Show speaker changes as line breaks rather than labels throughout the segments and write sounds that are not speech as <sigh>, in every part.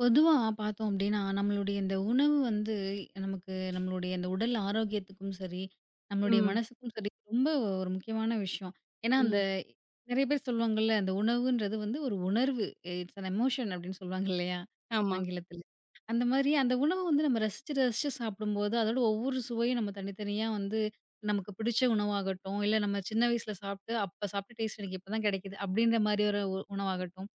பொதுவா பார்த்தோம் அப்டின்னா, நம்மளுடைய இந்த உணவு வந்து நமக்கு நம்மளுடைய இந்த உடல் ஆரோக்கியத்துக்கும் சரி, நம்மளுடைய
ம்,
மனசுக்கும் சரி ரொம்ப ஒரு முக்கியமான விஷயம். ஏன்னா, அந்த
ம்.
நெறைய பேர் சொல்லுவாங்கல்ல, அந்த உணவுன்றது வந்து ஒரு உணர்வு. இட்ஸ் அன் எமோஷன் அப்டின்னு சொல்லுவாங்க இல்லையா?
ஆமா.
ஆங்கிலத்தில. அந்த மாதிரி அந்த உணவு வந்து நம்ம ரசிச்சு, ரசிச்சு சாப்பிடும்போது, அதோட ஒவ்வொரு சுவையும் நம்ம தனித்தனியா வந்து நமக்கு பிடிச்ச உணவாகட்டும், இல்ல நம்ம சின்ன வயசுல சாப்பிட்டு, அப்ப சாப்பிட்ட டேஸ்ட் எனக்கு இப்ப தான் கிடைக்குது. அப்டின்ற மாரி ஒரு உணவாகட்டும்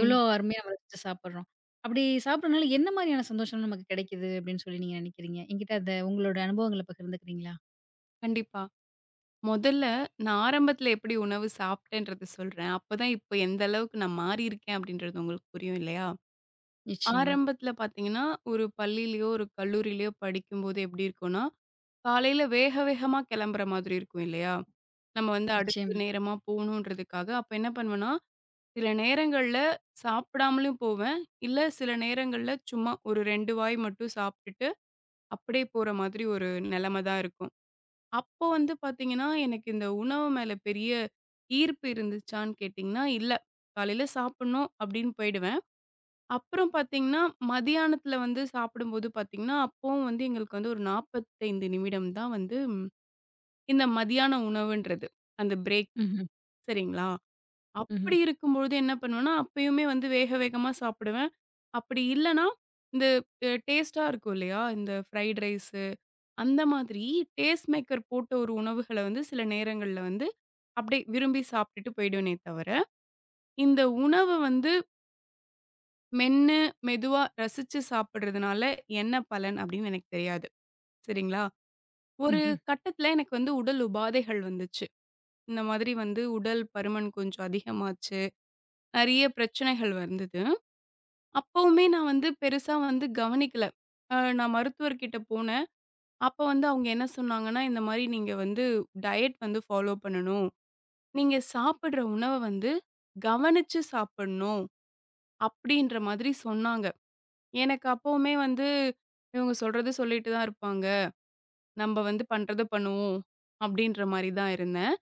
எவ்வளோ அருமையா நம்ம ரசிச்சு சாப்பிடுறோம். அப்படி சாப்பிடுறனால என்ன மாரியான சந்தோஷம்லாம் நமக்கு கிடைக்குது அப்படின்னு சொல்லி நீங்க நினைக்கிறீங்க? என்கிட்ட அத உங்களோட அனுபவங்கள பகிர்ந்துக்கிறீங்களா?
கண்டிப்பா. மொதல்ல நான் ஆரம்பத்துல எப்படி உணவு சாப்பிட்டேன்றத சொல்றேன். அப்பதான் இப்ப எந்த அளவுக்கு நான் மாறியிருக்கேன் அப்படின்றது உங்களுக்கு புரியும் இல்லையா?
நிச்சயமா.
ஆரம்பத்துல பார்த்தீங்கன்னா, ஒரு பள்ளியிலயோ, ஒரு கல்லூரியிலயோ படிக்கும்போது எப்படி இருக்கும்னா, காலையில வேக வேகமா கிளம்புற மாதிரி இருக்கும் இல்லையா? நம்ம வந்து அடுத்த
நிச்சயமா.
நேரமா போகணுன்றதுக்காக, அப்ப என்ன பண்ணுவேன்னா, சில நேரங்கள்ல சாப்பிடாமலும் போவேன். இல்ல சில நேரங்கள்ல சும்மா ஒரு 2 வாய் மட்டும் சாப்பிட்டுட்டு, அப்படியே போற மாதிரி ஒரு நிலைமை தான் இருக்கும். அப்போ வந்து பார்த்தீங்கன்னா, எனக்கு இந்த உணவு மேல பெரிய ஈர்ப்பு இருந்துச்சான்னு கேட்டீங்கன்னா, இல்ல. காலையில சாப்பிடணும் அப்படின்னு போயிடுவேன். அப்புறம் பார்த்தீங்கன்னா, மதியானத்தில வந்து சாப்பிடும்போது பார்த்தீங்கன்னா, அப்பவும் வந்து எங்களுக்கு வந்து ஒரு 45 நிமிடம் தான் வந்து இந்த மதியான உணவுன்றது. அந்த பிரேக்
ம்ஹ்ம்.
சரிங்களா?
ம்ஹ்ம்.
அப்படி இருக்கும்பொழுது என்ன பண்ணுவேன்னா, அப்பயுமே வந்து வேக வேகமா சாப்பிடுவேன். அப்படி இல்லன்னா, இந்த டேஸ்ட்டா இருக்கும் இல்லையா? இந்த ஃப்ரைட் ரைஸு அந்த மாதிரி டேஸ்ட் மேக்கர் போட்ட ஒரு உணவுகள வந்து சில நேரங்கள்ல வந்து அப்டியே விரும்பி சாப்ட்டுட்டு போயிடுவேனே தவிர, இந்த உணவு வந்து மென்னு, மெதுவா ரசிச்சு சாப்பிடுறதுனால என்ன பலன் அப்டின்னு எனக்கு தெரியாது. சரிங்களா? ஒரு
ம்ஹ்ம்.
கட்டத்துல எனக்கு வந்து உடல் உபாதைகள் வந்துச்சு. இந்த மாதிரி வந்து உடல் பருமன் கொஞ்சம் அதிகமாச்சு. நெறைய பிரச்சனைகள் வந்தது. அப்பவுமே நான் வந்து பெருசா வந்து கவனிக்கல. நான் மருத்துவர்கிட்ட போனேன். அப்ப வந்து அவங்க என்ன சொன்னாங்கன்னா, இந்த மாரி நீங்க வந்து டயட் வந்து ஃபாலோ பண்ணணும். நீங்க சாப்பிடுற உணவ வந்து கவனிச்சு சாப்பிடணும். அப்படின்ற மாதிரி சொன்னாங்க. எனக்கு அப்பவுமே வந்து, இவங்க சொல்றது சொல்லிட்டு தான் இருப்பாங்க. நம்ம வந்து பண்றத பண்ணுவோம். அப்படின்ற மாரி தான் இருந்தேன்.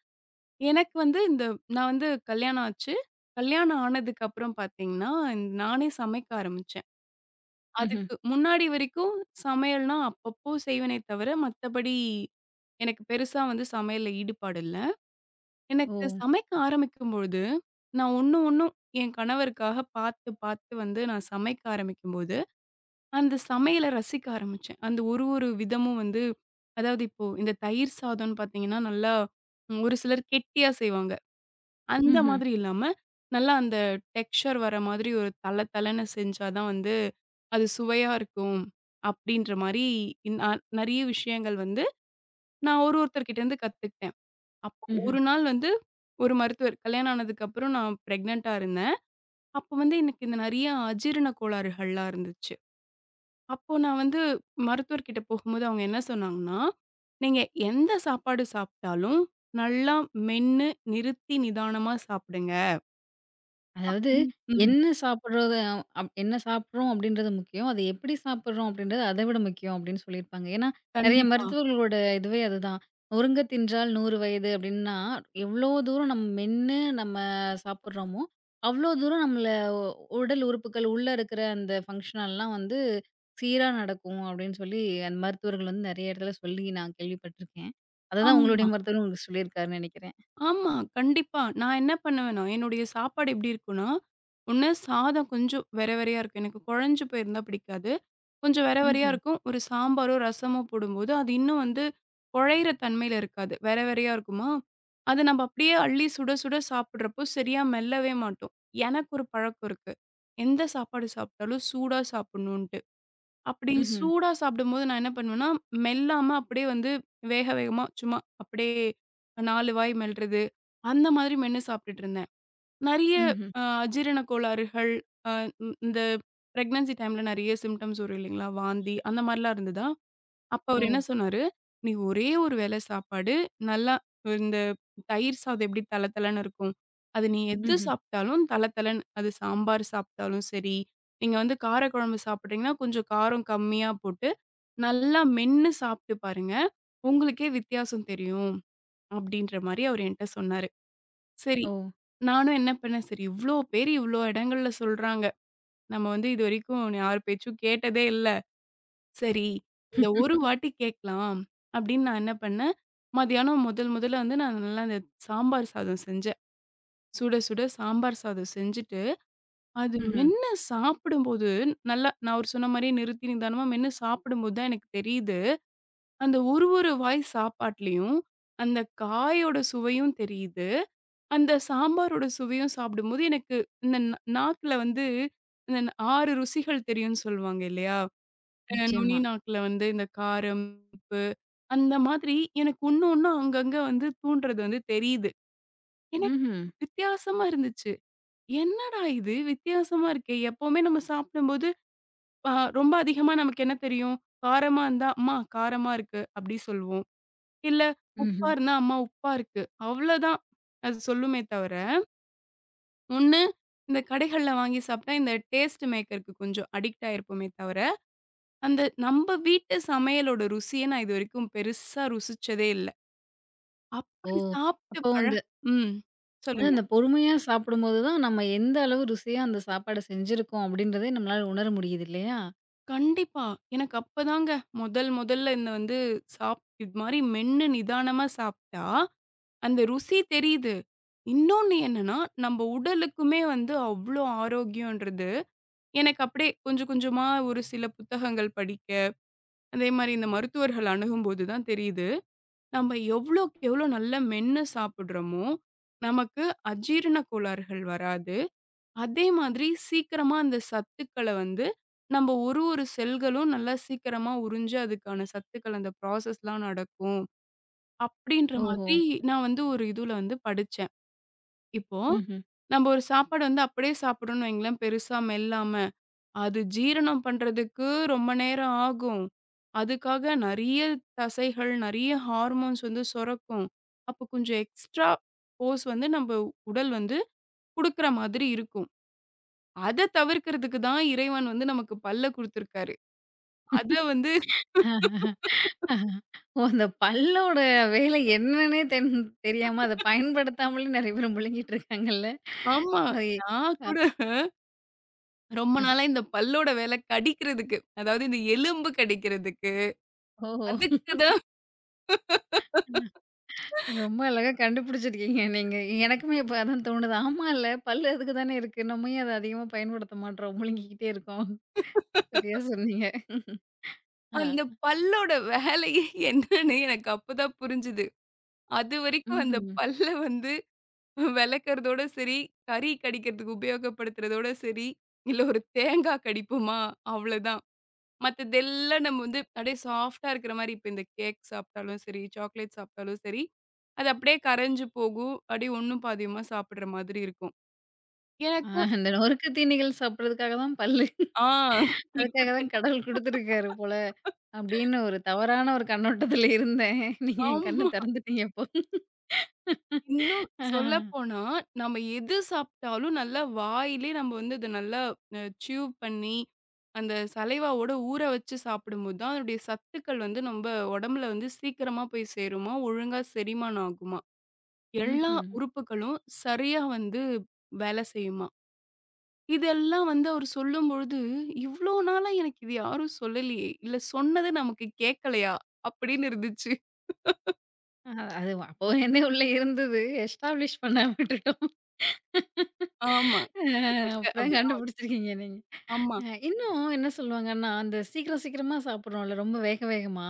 எனக்கு வந்து நான் வந்து கல்யாணம் ஆச்சு. கல்யாணம் ஆனதுக்கு அப்புறம் பார்த்தீங்கன்னா, நானே சமைக்க ஆரம்பிச்சேன்.
ம்ஹ்ம்.
அதுக்கு முன்னாடி வரைக்கும் சமையல்னா அப்பப்போ செய்வேனே தவிர, மத்தபடி எனக்கு பெருசா வந்து சமையல்ல ஈடுபாடு இல்ல.
ஓ!
எனக்கு சமைக்க ஆரம்பிக்கும் பொழுது, நான் ஒண்ணு ஒண்ணும் என் கணவருக்காக பார்த்து பார்த்து வந்து நான் சமைக்க ஆரம்பிக்கும்போது அந்த சமையல ரசிக்க ஆரம்பிச்சேன். அந்த ஒரு ஒரு விதமும் வந்து அதாவது இப்போ இந்த தயிர் சாதம்ன்னு பார்த்தீங்கன்னா, நல்லா ஒரு சிலர் கெட்டியா செய்வாங்க. அந்த
ம்ஹ்ம்.
மாதிரி இல்லாம, நல்லா அந்த டெக்ஸ்சர் வர மாதிரி ஒரு தள தளன்னு செஞ்சா தான் வந்து, அது சுவையா இருக்கும். அப்படின்ற மாரி நான் நெறைய விஷயங்கள் வந்து நான் ஒருத்தர்கிட்டேருந்து கத்துக்கிட்டேன். அப்போ
ம்ஹ்ம்.
ஒரு நாள் வந்து ஒரு மருத்துவர் கல்யாணம் ஆனதுக்கப்புறம் நான் பிரெக்னன்ட்டா இருந்தேன். அப்போ வந்து எனக்கு இந்த நெறைய அஜீரண கோளாறுகள்லாம் இருந்துச்சு. அப்போ நான் வந்து மருத்துவர்கிட்ட போகும்போது அவங்க என்ன சொன்னாங்கன்னா, "நீங்க எந்த சாப்பாடு சாப்பிட்டாலும் நல்லா மென்னு, நிறுத்தி, நிதானமா சாப்பிடுங்க."
அதாவது
ம். ம்.
என்ன சாப்பிடுறது என்ன சாப்பிடுறோம் அப்படின்றது முக்கியம். அது எப்படி சாப்பிடுறோம் அப்படின்றது அதை விட முக்கியம் அப்படின்னு சொல்லியிருப்பாங்க. ஏன்னா, நெறைய
கண்டிப்பா.
மருத்துவர்களோட இதுவே அதுதான். "நொறுங்க தின்றால் 100 வயது" அப்படின்னா, எவ்வளோ தூரம் நம்ம மென்னு நம்ம சாப்பிடுறோமோ, அவ்வளோ தூரம் நம்மள உ- உடல் உறுப்புகள் உள்ள இருக்கிற அந்த ஃபங்ஷனல்லாம் வந்து சீரா நடக்கும் அப்படின்னு சொல்லி அந்த மருத்துவர்கள் வந்து நெறைய இடத்துல சொல்லி நான் கேள்விப்பட்டிருக்கேன். அததான் உங்களுடைய
ஆமா,
மருத்துவரும் உங்களுக்கு சொல்லியிருக்காருன்னு நெனைக்கிறேன்.
ஆமா. கண்டிப்பா. நான் என்ன பண்ணுவேன்னா, என்னுடைய சாப்பாடு எப்படி இருக்கும்னா, ஒண்ணு சாதம் கொஞ்சம் வெற வெறையா இருக்கும். எனக்கு குழஞ்சு போயிருந்தா பிடிக்காது. கொஞ்சம் வெர வெரையா
ம்ஹ்ம்.
இருக்கும். ஒரு சாம்பாரோ, ரசமோ போடும்போது, அது இன்னும் வந்து குழையிற தன்மையில இருக்காது. வெர வெரையா இருக்குமா, அத நம்ம அப்படியே அள்ளி சுட சுட சாப்பிடுறப்போ சரியா மெல்லவே மாட்டோம். எனக்கு ஒரு பழக்கம் இருக்கு. எந்த சாப்பாடு சாப்பிட்டாலும் சூடா சாப்பிடணுன்ட்டு. அப்படி
ம்ஹ்ம்.
சூடா சாப்பிடும்போது நான் என்ன பண்ணுவேன்னா, மெல்லாம அப்படியே வந்து வேக வேகமா சும்மா அப்படியே 4 வாய் மெல்றது, அந்த மாதிரி மென்னு சாப்பிட்டுட்டு இருந்தேன். நெறைய
ம்ஹ்ம்.
அஜீரண கோளாறுகள், அ இந் இந்த பிரெக்னன்சி டைம்ல நெறைய சிம்ப்டம்ஸ் வரும் இல்லைங்களா? வாந்தி அந்த மாரிலாம் இருந்ததா? அப்ப அவரு
ஓ!
என்ன சொன்னாரு, "நீ ஒரே ஒரு வேள சாப்பாடு, நல்லா இந்த தயிர் சாதம் எப்படி தள தளன்னு இருக்கும், அது நீ எது
ம்ஹ்ம்.
சாப்பிட்டாலும் தள தளன்னு. அது சாம்பார் சாப்பிட்டாலும் சரி, நீங்க வந்து காரக்குழம்பு சாப்பிடுறீங்கன்னா, கொஞ்சம் காரம் கம்மியா போட்டு, நல்லா மென்னு சாப்பிட்டு பாருங்க. உங்களுக்கே வித்தியாசம் தெரியும்." அப்படின்ற மாரி அவரு என்ட்ட சொன்னாரு. சரி.
ஓ!
நானும் என்ன பண்ணேன், சரி இவ்ளோ பேரு இவ்ளோ இடங்கள்ல சொல்றாங்க. நம்ம வந்து இதுவரைக்கும் யார் பேச்சும் கேட்டதே இல்ல. சரி, இந்த ஒரு வாட்டி கேட்கலாம் அப்படின்னு நான் என்ன பண்ணேன், மதியானம் முதல் முதல்ல வந்து நான் நல்லா அந்த சாம்பார் சாதம் செஞ்சேன். சுட சுட சாம்பார் சாதம் செஞ்சுட்டு, அது
ம்ஹ்ம்.
மென்னு சாப்பிடும்போது நல்லா நான் அவரு சொன்ன மாரியே நிறுத்தி நிதானமா மென்னு சாப்பிடும்போது தான் எனக்கு தெரியுது, அந்த ஒரு ஒரு வாய் சாப்பாட்லயும் அந்த காயோட சுவையும் தெரியுது. அந்த சாம்பாரோட சுவையும் சாப்பிடும்போது எனக்கு இந்த நாக்குல வந்து இந்த 6 ருசிகள் தெரியும்ன்னு சொல்லுவாங்க இல்லையா? நுனி
நிச்சயமா.
நாக்குல வந்து இந்த காரம், உப்பு அந்த மாதிரி எனக்கு ஒண்ணு ஒண்ணா அங்கங்க வந்து தூண்டுறது வந்து தெரியுது. எனக்கு
ம்ஹ்ம்.
வித்தியாசமா இருந்துச்சு. என்னடா இது வித்தியாசமா இருக்கே! எப்பவுமே நம்ம சாப்பிடும்போது அ ரொம்ப அதிகமா நமக்கு என்ன தெரியும்? காரமா இருந்தா, "அம்மா காரமா இருக்கு" அப்படி சொல்லுவோம். இல்ல உப்பா
ம்ஹ்ம்.
இருந்தா, "அம்மா உப்பா இருக்கு" அவ்வளோதான் அது சொல்லுமே தவிர, ஒண்ணு, இந்த கடைகள்ல வாங்கி சாப்பிட்டா, இந்த டேஸ்ட் மேக்கர்‌க்கு கொஞ்சம் அடிக்ட் ஆயிருப்போமே தவிர, அந்த நம்ப வீட்டு சமையலோட ருசிய நான் இதுவரைக்கும் பெருசா ருசிச்சதே இல்ல.
ஓ!
அப்படி சாப்பிட்டு
அப்போ வந்து
ம்.
அதான்
சொல்லுங்க.
அந்த பொறுமையா சாப்பிடும்போது தான் நம்ம எந்த அளவு ருசியா அந்த சாப்பாட செஞ்சிருக்கோம் அப்படின்றதே நம்மளால உணர முடியுது இல்லையா?
கண்டிப்பா. எனக்கு அப்பதாங்க முதல் முதல்ல இந்த வந்து இது மாரி மென்னு நிதானமா சாப்ட்டா, அந்த ருசி தெரியுது. இன்னொன்னு என்னன்னா, நம்ப உடலுக்குமே வந்து அவ்ளோ ஆரோக்கியம்ன்றது, எனக்கு அப்படியே கொஞ்சம் கொஞ்சமா ஒரு சில புத்தகங்கள் படிக்க அதே மாரி இந்த மருத்துவர்கள் அணுகும்போது தான் தெரியுது. நம்ம எவ்வளோக்கு எவ்வளோ நல்லா மென்னு சாப்பிடுறோமோ, நமக்கு அஜீரண கோளாறுகள் வராது. அதே மாதிரி சீக்கிரமா அந்த சத்துக்கள வந்து நம்ம ஒரு ஒரு செல்களும் நல்லா சீக்கிரமா உறிஞ்சு அதுக்கான சத்துக்கள் அந்த ப்ராசஸ்லாம் நடக்கும். அப்படின்ற
ஓஹோ!
மாதிரி நான் வந்து ஒரு இதுல வந்து படிச்சேன். இப்போ
ம்ஹ்ம்.
நம்ம ஒரு சாப்பாடு வந்து அப்படியே சாப்பிடுறோம்னு வைங்களேன், பெருசா மெல்லாம. அது ஜீரணம் பண்றதுக்கு ரொம்ப நேரம் ஆகும். அதுக்காக நெறைய தசைகள், நெறைய ஹார்மோன்ஸ் வந்து சுரக்கும். அப்போ கொஞ்சம் எக்ஸ்ட்ரா ஃபோர்ஸ் வந்து நம்ப உடல் வந்து குடுக்குற மாதிரி இருக்கும். அத தவிர்க்கிறதுக்கு தான் இறைவன் வந்து நமக்கு பல்ல குடுத்துருக்காரு. அத வந்து
ஓ! அந்த பல்லோட வேலை என்னன்னே தெரியாம அத பயன்படுத்தாமலே நெறைய பேர் முழுங்கிட்டு இருக்காங்கல்ல.
ஆமா.
அது
நான் கூட ரொம்ப
அஹ
நாளா இந்த பல்லோட வேல கடிக்கிறதுக்கு, அதாவது இந்த எலும்பு கடிக்கிறதுக்கு,
ஓஹோ!
அதுக்கு தான்
ரொம்ப அழகா கண்டுபிடிச்சிருக்கீங்க நீங்க. எனக்குமே இப்ப அதான் தோணுது. ஆமால்ல பல்லு அதுக்கு தானே இருக்கு. நம்ம ஏன் அத அதிகமா பயன்படுத்த மாட்றோம்? முழுங்கிக்கிட்டே இருக்கோம். சரியா சொன்னீங்க.
அந்த
ஆ.
பல்லோட வேலையே என்னன்னு எனக்கு அப்பதான் புரிஞ்சுது. அதுவரைக்கும் அந்த
ம்ஹ்ம்.
பல்ல வந்து வெளக்கறதோட சரி, கறி கடிக்கிறதுக்கு உபயோகப்படுத்துறதோட சரி, இல்ல ஒரு தேங்கா கடிப்போமா, அவ்வளதான். மத்ததெல்லாம் நம்ம வந்து அப்படியே சாஃப்ட்டா இருக்கிற மாரி இப்ப இந்த கேக் சாப்பிட்டாலும் சரி, சாக்லேட் சாப்பிட்டாலும் சரி, அது அப்படியே கரைஞ்சு போகும். அப்படியே ஒண்ணும் பாதியுமா சாப்பிடுற மாதிரி இருக்கும்.
ஆ,
எனக்கு
இந்த நொறுக்கு தீனிகள் சாப்பிடுறதுக்காக தான் பல்லு.
ஆ
அதுக்காக தான்
கிட்டத்தட்ட
கடவுள் குடுத்துருக்காரு போல. அப்படின்னு ஒரு தவறான ஒரு கண்ணோட்டத்துல இருந்தேன். நீங்க என் கண்ண
ஆமா.
திறந்துட்டீங்க இப்போ.
இன்னும்
ஆ.
சொல்லப்போனா, நம்ம எது சாப்பிட்டாலும் நல்லா வாயிலே நம்ம வந்து அத நல்லா சியூ பண்ணி, அந்த சலைவாவோட ஊற வச்சு சாப்பிடும்போது தான், அதனுடைய சத்துக்கள் வந்து நம்ப உடம்புல வந்து சீக்கிரமா போய் சேருமாம், ஒழுங்கா செரிமானம் ஆகுமாம். எல்லா
ம்ஹ்ம்.
உறுப்புகளும் சரியா வந்து வேலை செய்யுமாம். இதெல்லாம் வந்து அவர் சொல்லும்பொழுது, "இவ்ளோ நாளா எனக்கு இது யாரும் சொல்லலையே! இல்ல சொன்னது நமக்கு கேட்கலையா?" அப்படின்னு இருந்துச்சு.
அ அது அப்போ என்ன உள்ள இருந்தது. எஸ்டாப்ளிஷ் பண்ண விட்டுட்டோம்.
ஆமா.
அ
கிட்டத்தட்ட
அப்புறம்
அப்படிதான்
கண்டுபிடிச்சிருக்கீங்க நீங்க.
ஆமா.
இன்னும் என்ன சொல்லுவாங்கன்னா, அந்த சீக்கிரம் சீக்கிரமா சாப்பிடுறோம்ல, ரொம்ப வேக வேகமா.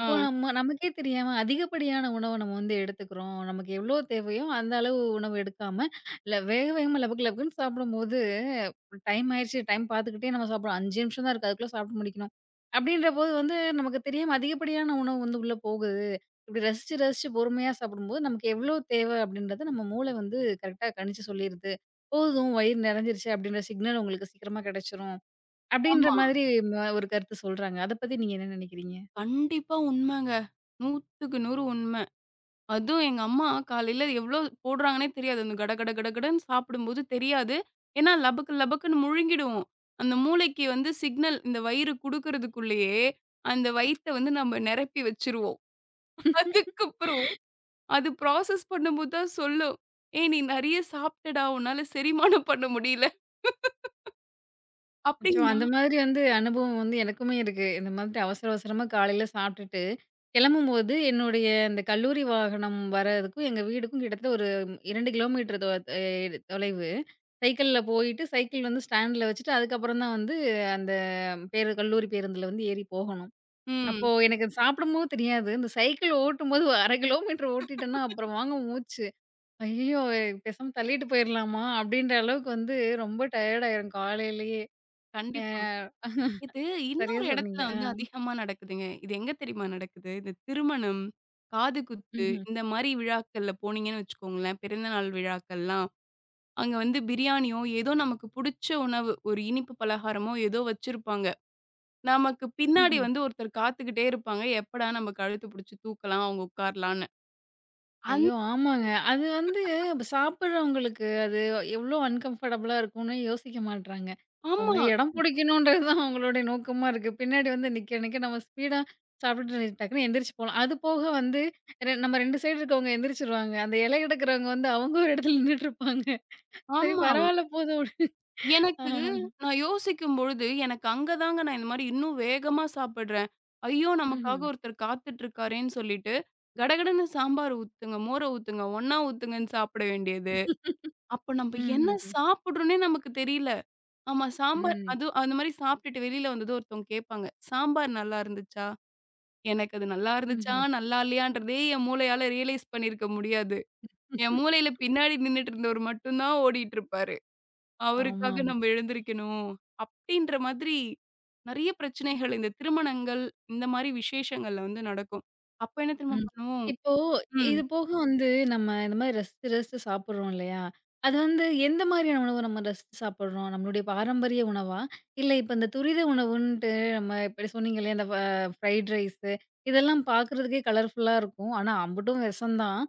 ஆ.
நம்ம நமக்கே தெரியாம அதிகப்படியான உணவ நம்ம வந்து எடுத்துக்கிறோம். நமக்கு எவ்வளோ தேவையோ அந்த அளவு உணவு எடுக்காம, இல்ல வேக வேகமா லபக்கு லபக்குன்னு சாப்பிடும்போது, டைம் ஆயிருச்சு டைம் பார்த்துக்கிட்டே நம்ம சாப்பிடுறோம். 5 நிமிஷம் தான் இருக்கு. அதுக்குள்ள சாப்பிட்டு முடிக்கணும். அப்படின்றபோது வந்து நமக்கு தெரியாம அதிகப்படியான உணவு வந்து உள்ள போகுது. இப்படி ரசிச்சு ரசிச்சு பொறுமையா சாப்பிடும்போது, நமக்கு எவ்வளோ தேவை அப்படின்றத நம்ம மூளை வந்து கரெக்ட்டா கணிச்சு சொல்லிருது. போதும் வயிறு நிறைஞ்சிருச்சு அப்படின்ற சிக்னல் உங்களுக்கு சீக்கிரமா கிடைச்சிரும். அப்படின்ற
ஆமா.
மாதிரி ஒரு கருத்து சொல்றாங்க. அத பத்தி நீங்க என்ன நினைக்கிறீங்க?
கண்டிப்பா உண்மங்க. 100க்கு 100 உண்ம. அதுவும் எங்க அம்மா காலையில எவ்ளோ போடுறாங்கன்னே தெரியாது. அந்த கட கட கடகடன்னு சாப்பிடும்போது தெரியாது. ஏன்னா லபக்கு லபக்குன்னு முழுங்கிடுவோம். அந்த மூளைக்கு வந்து சிக்னல் இந்த வயிறு குடுக்கறதுக்குள்ளேயே, அந்த வயித்த வந்து நம்ம நிரப்பி வச்சுருவோம். அதுக்கப்புறம் அது ப்ராசஸ் பண்ணும்போது தான் சொல்லும். "ஏய் நீ நெறைய சாப்ட்டடா! உன்னால செரிமானம் பண்ண முடியல."
அச்சோ!
அப்டின்னா
அந்த மாதிரி வந்து அனுபவம் வந்து எனக்குமே இருக்கு. இந்த மாதிரி அவசர அவசரமா காலையில சாப்ட்டுட்டு, கிளம்பும்போது என்னுடைய அந்த கல்லூரி வாகனம் வரதுக்கும், எங்க வீடுக்கும் கிட்டத்தட்ட ஒரு 2 கிலோமீட்டர் தொ எ தொலைவு. சைக்கிள்ல போயிட்டு, சைக்கிள் வந்து ஸ்டாண்ட்ல வச்சுட்டு, அதுக்கப்புறம் தான் வந்து அந்த கல்லூரி பேருந்துல வந்து ஏறி போகணும். அப்போ
ம்.
எனக்கு சாப்பிடும்போது தெரியாது. இந்த சைக்கிள் ஓட்டும்போது 1/2 கிலோமீட்டர் ஓட்டிட்டேன்னா, அப்புறம் வாங்க மூச்சு. ஐயய்யோ! பேசாம தள்ளிட்டு போயிரலாமா? அப்டின்ற அளவுக்கு வந்து ரொம்ப டயர்ட் ஆயிரும் காலையிலயே.
கண்டிப்பா.
அ
இது
சரியா
இன்னொரு இடத்துல
சொன்னீங்க. அ.
வந்து அதிகமா நடக்குதுங்க. இது எங்க தெரியுமா நடக்குது? இந்த திருமணம், காது குத்து
ம்ஹ்ம்,
இந்த மாரி விழாக்கள்ல போனீங்கன்னு வச்சுக்கோங்களேன், பிறந்தநாள் விழாக்கள்லாம். அங்க வந்து பிரியாணியோ, ஏதோ நமக்கு புடிச்ச உணவு, ஒரு இனிப்பு பலகாரமோ ஏதோ வச்சிருப்பாங்க. நமக்கு பின்னாடி
ம்ஹ்ம்.
வந்து ஒருத்தர் காத்துக்கிட்டே இருப்பாங்க. எப்படா நம்ம கழுத்த புடிச்சு தூக்கலாம், அவங்க உட்காரலான்னு. அந்
ஐயோ! ஆமாங்க. அது வந்து சாப்பிடுறவங்களுக்கு அது எவ்ளோ அன்கம்ஃபர்டபுளா இருக்கும்னு யோசிக்க மாட்றாங்க. அவங்க
ஆமா,
இடம் புடிக்கணுன்றது தான் அவங்களுடைய நோக்கமா இருக்கு. பின்னாடி வந்து நிக்க நிக்க நம்ம ஸ்பீடா சாப்பிட்டுட்டு டக்குன்னு எந்திரிச்சு போலாம். அது போக வந்து நம்ம 2 சைடு இருக்கவங்க எந்திரிச்சுருவாங்க. அந்த இலை எடுக்கிறவங்க வந்து அவங்க ஒரு இடத்துல நின்னுட்டு இருப்பாங்க. சரி
ஆமா.
பரவால்ல போதும்.
எனக்கு
ஆஹ.
நான் யோசிக்கும் பொழுது, எனக்கு அங்க தாங்க நான் இந்த மாரி இன்னும் வேகமா சாப்பிடுறேன். ஐயோ! நமக்காக
ம்ஹ்ம்.
ஒருத்தர் காத்துட்டு இருக்காரேன்னு சொல்லிட்டு, கடகடன்னு சாம்பார் ஊத்துங்க, மோர ஊத்துங்க, ஒண்ணா ஊத்துங்கன்னு சாப்பிட வேண்டியது. அப்ப நம்ப என்ன
ம்ஹ்ம்.
சாப்பிடுறோம்னே நமக்கு தெரியல. ஆமா சாம்பார்
ம்.
அதுவும் அந்த மாரி சாப்பிட்டுட்டு வெளியில வந்ததும் ஒருத்தவங்க கேட்பாங்க, "சாம்பார் நல்லா இருந்துச்சா?" எனக்கு அது நல்லா இருந்துச்சா,
ம்ஹ்ம்.
நல்லா இல்லையான்றதே என் மூளையால ரியலைஸ் பண்ணியிருக்க முடியாது. என் மூளையில பின்னாடி நின்னுட்டு இருந்தவரு மட்டும் தான் ஓடிட்டு இருப்பாரு. அவருக்காக
ஆமாமா.
நம்ம எழுந்திரிக்கணும். அப்டின்ற மாதிரி நெறைய பிரச்சனைகள் இந்த திருமணங்கள், இந்த மாரி விசேஷங்கள்ல வந்து நடக்கும். அப்ப என்ன தெரியுமா
ம்.
பண்ணுவோம்?
இப்போ
ம்.
இது போக வந்து நம்ம இந்த மாரி ரசிச்சு, ரசிச்சு சாப்பிடுறோம் இல்லையா? அது வந்து எந்த மாதிரியான உணவு நம்ம ரசிச்சு சாப்பிடுறோம்? நம்மளுடைய பாரம்பரிய உணவா? இல்ல இப்ப இந்த துரித உணவுன்ட்டு நம்ம இப்படி சொன்னீங்க இல்லையா? இந்த ஃப்ரைட் ரைஸு இதெல்லாம் பார்க்குறதுக்கே கலர்ஃபுல்லா இருக்கும். ஆனா அம்புட்டும் விஷம் தான்.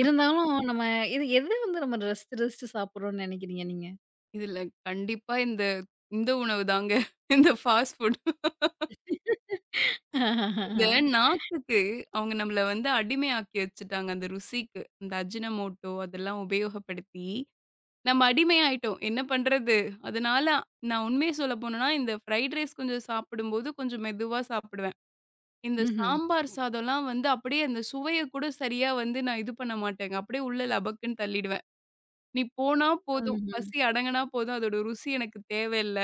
இருந்தாலும் நம்ம இது எது வந்து நம்ம ரசிச்சு, ரசிச்சு சாப்பிடுறோம்னு நெனைக்கிறீங்க நீங்க?
இதுல கண்டிப்பா இந்த இந்த உணவு தாங்க. இந்த ஃபாஸ்ட் ஃபுட். இந்த
<laughs>
நாக்குக்கு அவங்க நம்மள வந்து அடிமையாக்கி வச்சுட்டாங்க அந்த ருசிக்கு. இந்த அஜினமோட்டோ அதெல்லாம் உபயோகப்படுத்தி, நம்ம அடிமையாயிட்டோம். என்ன பண்றது? அதனால நான் உண்மைய சொல்ல போணும்னா, இந்த ஃப்ரைட் ரைஸ் கொஞ்சம் சாப்பிடும்போது கொஞ்சம் மெதுவா சாப்பிடுவேன். இந்த
ம்ஹ்ம்.
சாம்பார் சாதம்லாம் வந்து அப்படியே அந்த சுவைய கூட சரியா வந்து நான் இது பண்ண மாட்டேங்க. அப்படியே உள்ள லபக்குன்னு தள்ளிடுவேன். "நீ போனா போதும்,
ம்ஹ்ம்.
பசி அடங்குனா போதும், அதோட ருசி எனக்கு தேவையில்ல."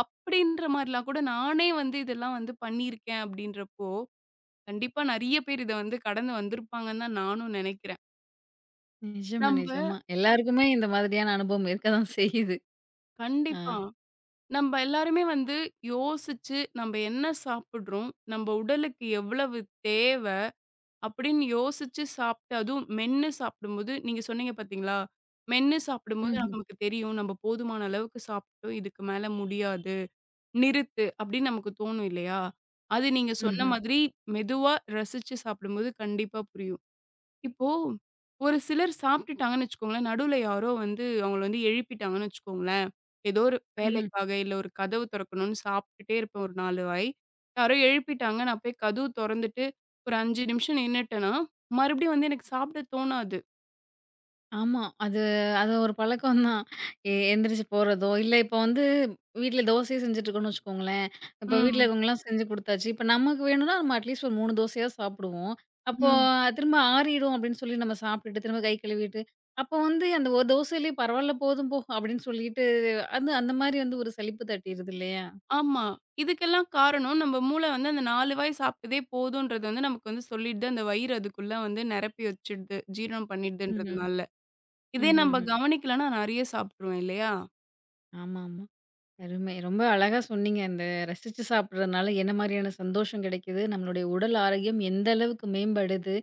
அப்படின்ற மாரிலாம் கூட நானே வந்து இதெல்லாம் வந்து பண்ணியிருக்கேன் அப்படின்றப்போ, கண்டிப்பா நெறைய பேர் இத வந்து கடந்து வந்திருப்பாங்கன்னு தான் நானும் நெனைக்கிறேன்.
நிஜமா,
நம்ப
நிஜமா. எல்லாருக்குமே இந்த மாதிரியான அனுபவம் இருக்க தான் செய்யுது. ஆ.
கண்டிப்பா. நம்ப எல்லாருமே வந்து யோசிச்சு, நம்ப என்ன சாப்பிடுறோம்? நம்ப உடலுக்கு எவ்வளவு தேவ? அப்படின்னு யோசிச்சு சாப்பிட்டு அதுவும் மென்னு சாப்பிடும்போது நீங்க சொன்னீங்க பார்த்தீங்களா? மென்னு சாப்பிடும்போது
ம்ஹ்ம்.
நமக்கு தெரியும். நம்ம போதுமான அளவுக்கு சாப்பிட்டோம். இதுக்கு மேல முடியாது. நிறுத்து அப்படின்னு நமக்கு தோணும் இல்லையா? அது நீங்க சொன்ன
ம்ஹ்ம்.
மாதிரி மெதுவா ரசிச்சு சாப்பிடும்போது கண்டிப்பா புரியும். இப்போ ஒரு சிலர் சாப்பிட்டுட்டாங்கன்னு வச்சுக்கோங்களேன், நடுவுல யாரோ வந்து அவங்கள வந்து எழுப்பிட்டாங்கன்னு வச்சுக்கோங்களேன். ஏதோ ஒரு
ம்ஹ்ம்.
வேலைக்காக, இல்ல ஒரு கதவு தொறக்கணும்னு சாப்பிட்டுட்டே இருப்பேன் ஒரு 4 வாய். யாரோ எழுப்பிட்டாங்க, நான் போய் கதவு தொறந்துட்டு ஒரு 5 நிமிஷம் நின்னுட்டேன்னா, மறுபடியும் வந்து எனக்கு சாப்பிட தோணாது.
ஆமா. அது அது ஒரு பழக்கம் தான். எந்திரிச்சு போறதோ, இல்ல இப்ப வந்து வீட்ல தோசையே செஞ்சுட்டுருக்கோம்னு வச்சுக்கோங்களேன். இப்ப வீட்ல
ம்,
இருக்கவங்கலாம் செஞ்சு குடுத்தாச்சு. இப்ப நமக்கு வேணும்னா நம்ம அட்லீஸ்ட் ஒரு 3 தோசையாவது சாப்பிடுவோம். அப்போ
ம்.
திரும்ப ஆறிடும் அப்படின்னு சொல்லி நம்ம சாப்பிட்டுட்டு, திரும்ப கை கழுவிட்டு, அப்போ வந்து அந்த ஒரு தோசையிலேயே பரவால்ல போதும் போ அப்படின்னு சொல்லிட்டு, அது அந்த மாரி வந்து ஒரு சலிப்பு தட்டிருது இல்லையா?
ஆமா. இதுக்கெல்லாம் காரணம் நம்ம மூளை வந்து அந்த 4 வாய் சாப்பிட்டதே போதுன்றது வந்து நமக்கு வந்து சொல்லிடுது. அந்த வயிறு அதுக்குள்ள வந்து நிரப்பி வச்சுடுது. ஜீரணம்
ம்ஹ்ம்.
பண்ணிடுதுன்றதுனால. இதே நம்ம
ம்ஹ்ம்ஹ்ம்.
கவனிக்கலன்னா நெறைய சாப்பிட்டுருவேன் இல்லையா?
ஆமாமா. அருமை. ரொம்ப அழகா சொன்னீங்க. இந்த ரசிச்சு சாப்பிடுறதுனால என்ன மாரியான சந்தோஷம் கிடைக்குது? நம்மளுடைய உடல் ஆரோக்கியம் எந்த அளவுக்கு மேம்படுது?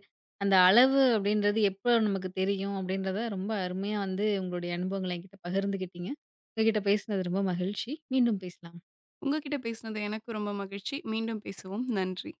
அந்த அளவு அப்படின்றது எப்போ நமக்கு தெரியும்? அப்படின்றத ரொம்ப அருமையா வந்து உங்களுடைய அனுபவங்கள என்கிட்ட பகிர்ந்துக்கிட்டீங்க. உங்ககிட்ட பேசினது ரொம்ப மகிழ்ச்சி. மீண்டும் பேசலாம்.
உங்ககிட்ட பேசினது எனக்கு ரொம்ப மகிழ்ச்சி. மீண்டும் பேசுவோம். நன்றி.